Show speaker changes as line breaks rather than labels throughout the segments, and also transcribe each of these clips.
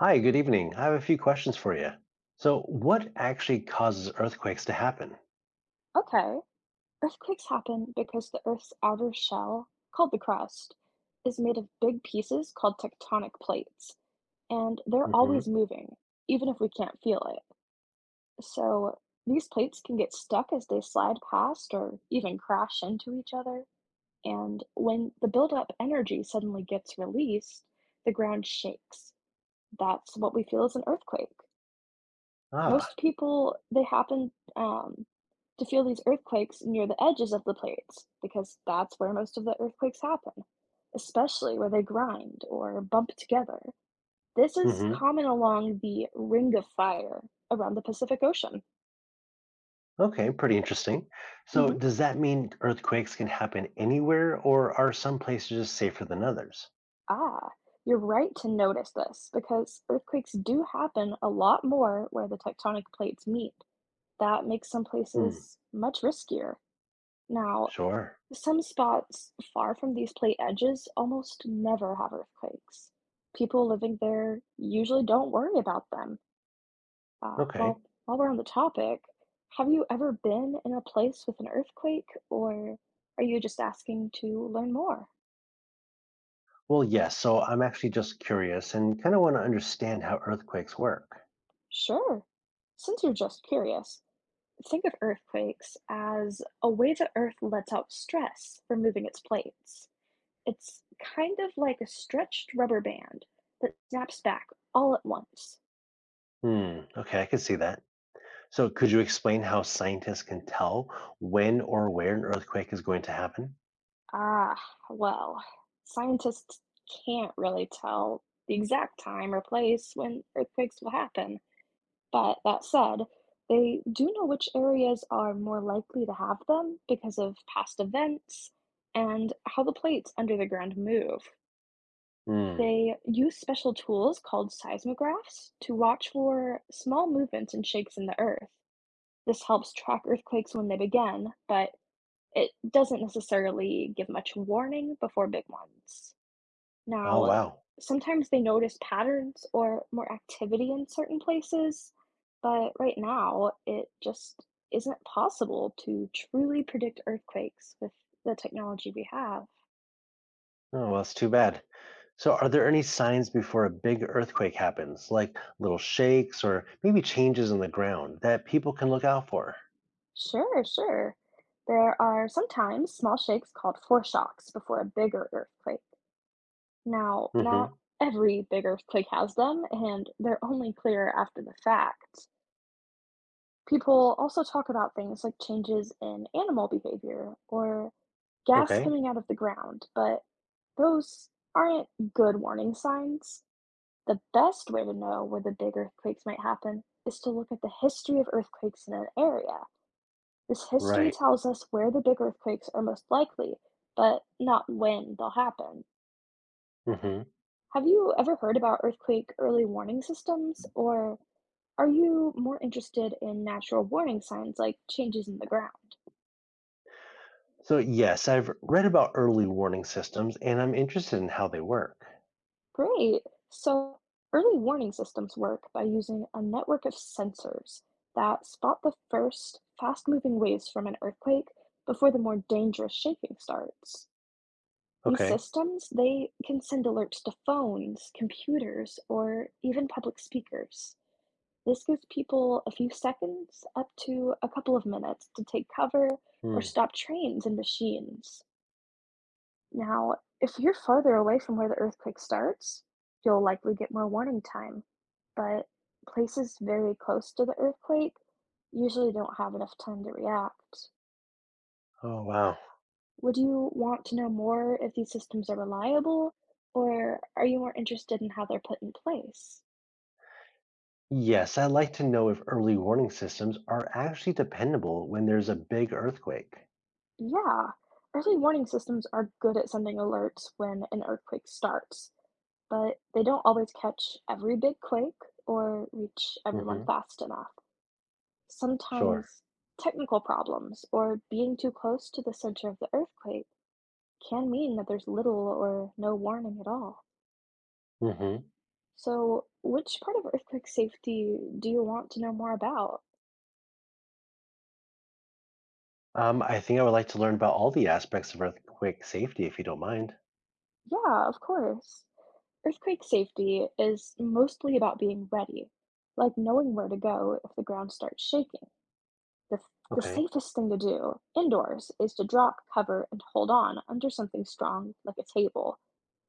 Hi, good evening. I have a few questions for you. So, what actually causes earthquakes to happen?
Okay. Earthquakes happen because the Earth's outer shell, called the crust, is made of big pieces called tectonic plates, and they're
Hmm.
always moving, even if we can't feel it. So these plates can get stuck as they slide past or even crash into each other. And when the buildup energy suddenly gets released, the ground shakes. That's what we feel as an earthquake.
Ah.
Most people, they happen to feel these earthquakes near the edges of the plates because that's where most of the earthquakes happen, especially where they grind or bump together. This is
Hmm.
common along the Ring of Fire around the Pacific Ocean.
Okay, pretty interesting. So,
Hmm.
does that mean earthquakes can happen anywhere, or are some places just safer than others?
Ah, you're right to notice this because earthquakes do happen a lot more where the tectonic plates meet. That makes some
Hmm,
places much riskier. Now,
sure.
Some spots far from these plate edges almost never have earthquakes. People living there usually don't worry about them. Uh,
Okay.
well, while we're on the topic, have you ever been in a place with an earthquake, or are you just asking to learn more?
Well, yes. So, I'm actually just curious and kind of want to understand how earthquakes work.
Sure. Since you're just curious, think of earthquakes as a way the Earth lets out stress for moving its plates. It's kind of like a stretched rubber band that snaps back all at once.
Hmm, okay, I can see that. So, could you explain how scientists can tell when or where an earthquake is going to happen?
Ah, well, scientists can't really tell the exact time or place when earthquakes will happen. But that said, they do know which areas are more likely to have them because of past events and how the plates under the ground move.
Hmm.
They use special tools called seismographs to watch for small movements and shakes in the earth. This helps track earthquakes when they begin, but it doesn't necessarily give much warning before big ones.
Oh,
Now,
wow.
sometimes they notice patterns or more activity in certain places, but right now it just isn't possible to truly predict earthquakes with the technology we have.
Oh, well, it's too bad. So, are there any signs before a big earthquake happens, like little shakes or maybe changes in the ground that people can look out for?
Sure, sure. There are sometimes small shakes called foreshocks before a bigger earthquake. Now, not
Hmm.
every big earthquake has them, and they're only clear after the fact. People also talk about things like changes in animal behavior or gas
Okay.
coming out of the ground, but those aren't good warning signs. The best way to know where the big earthquakes might happen is to look at the history of earthquakes in an area. This history
Right.
tells us where the big earthquakes are most likely, but not when they'll happen.
Hmm.
Have you ever heard about earthquake early warning systems, or are you more interested in natural warning signs like changes in the ground?
So, yes, I've read about early warning systems and I'm interested in how they work.
Great. So early warning systems work by using a network of sensors that spot the first fast moving waves from an earthquake before the more dangerous shaking starts. These
Okay.
systems, they can send alerts to phones, computers, or even public speakers. This gives people a few seconds up to a couple of minutes to take cover or
Mm.
stop trains and machines. Now, if you're farther away from where the earthquake starts, you'll likely get more warning time. But places very close to the earthquake usually don't have enough time to react.
Oh, wow.
Would you want to know more if these systems are reliable, or are you more interested in how they're put in place?
Yes, I'd like to know if early warning systems are actually dependable when there's a big earthquake.
Yeah, early warning systems are good at sending alerts when an earthquake starts, but they don't always catch every big quake or reach everyone
Hmm.
fast enough.
Sure.
Sometimes technical problems or being too close to the center of the earthquake can mean that there's little or no warning at all.
Hmm.
So, which part of earthquake safety do you want to know more about?
I think I would like to learn about all the aspects of earthquake safety if you don't mind.
Yeah, of course. Earthquake safety is mostly about being ready, like knowing where to go if the ground starts shaking. The
Okay.
safest thing to do indoors is to drop, cover, and hold on under something strong like a table.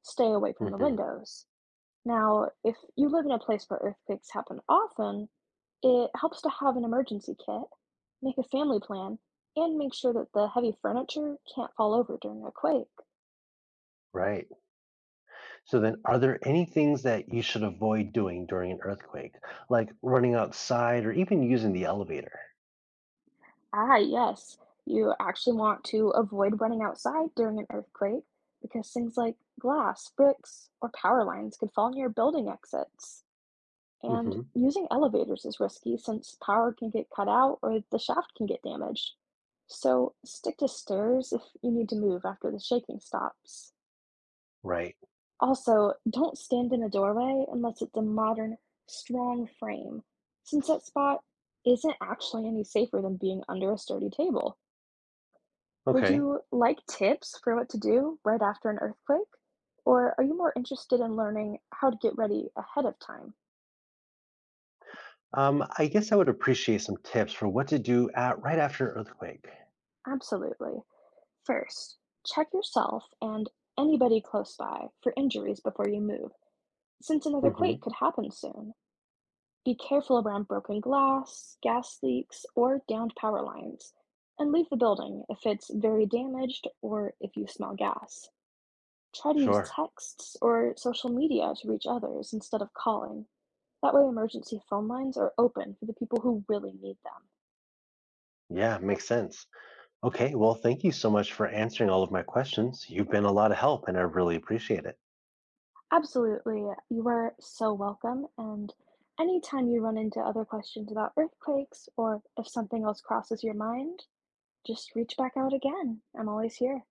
Stay away from the
Hmm.
windows. Now, if you live in a place where earthquakes happen often, it helps to have an emergency kit, make a family plan, and make sure that the heavy furniture can't fall over during a quake.
Right. So then, are there any things that you should avoid doing during an earthquake, like running outside or even using the elevator?
Yes, you actually want to avoid running outside during an earthquake because things like glass, bricks, or power lines could fall near building exits. And
Hmm.
using elevators is risky since power can get cut out or the shaft can get damaged. So stick to stairs if you need to move after the shaking stops.
Right.
Also, don't stand in a doorway unless it's a modern, strong frame, since that spot isn't actually any safer than being under a sturdy table. Would
Okay.
you like tips for what to do right after an earthquake? Or are you more interested in learning how to get ready ahead of time?
I guess I would appreciate some tips for what to do at right after an earthquake.
Absolutely. First, check yourself and anybody close by for injuries before you move, since another
Hmm.
quake could happen soon. Be careful around broken glass, gas leaks, or downed power lines, and leave the building if it's very damaged or if you smell gas. Try to use
Sure.
texts or social media to reach others instead of calling. That way, emergency phone lines are open for the people who really need them.
Yeah, makes sense. Okay. Well, thank you so much for answering all of my questions. You've been a lot of help, and I really appreciate it.
Absolutely. You are so welcome. And anytime you run into other questions about earthquakes or if something else crosses your mind, just reach back out again. I'm always here.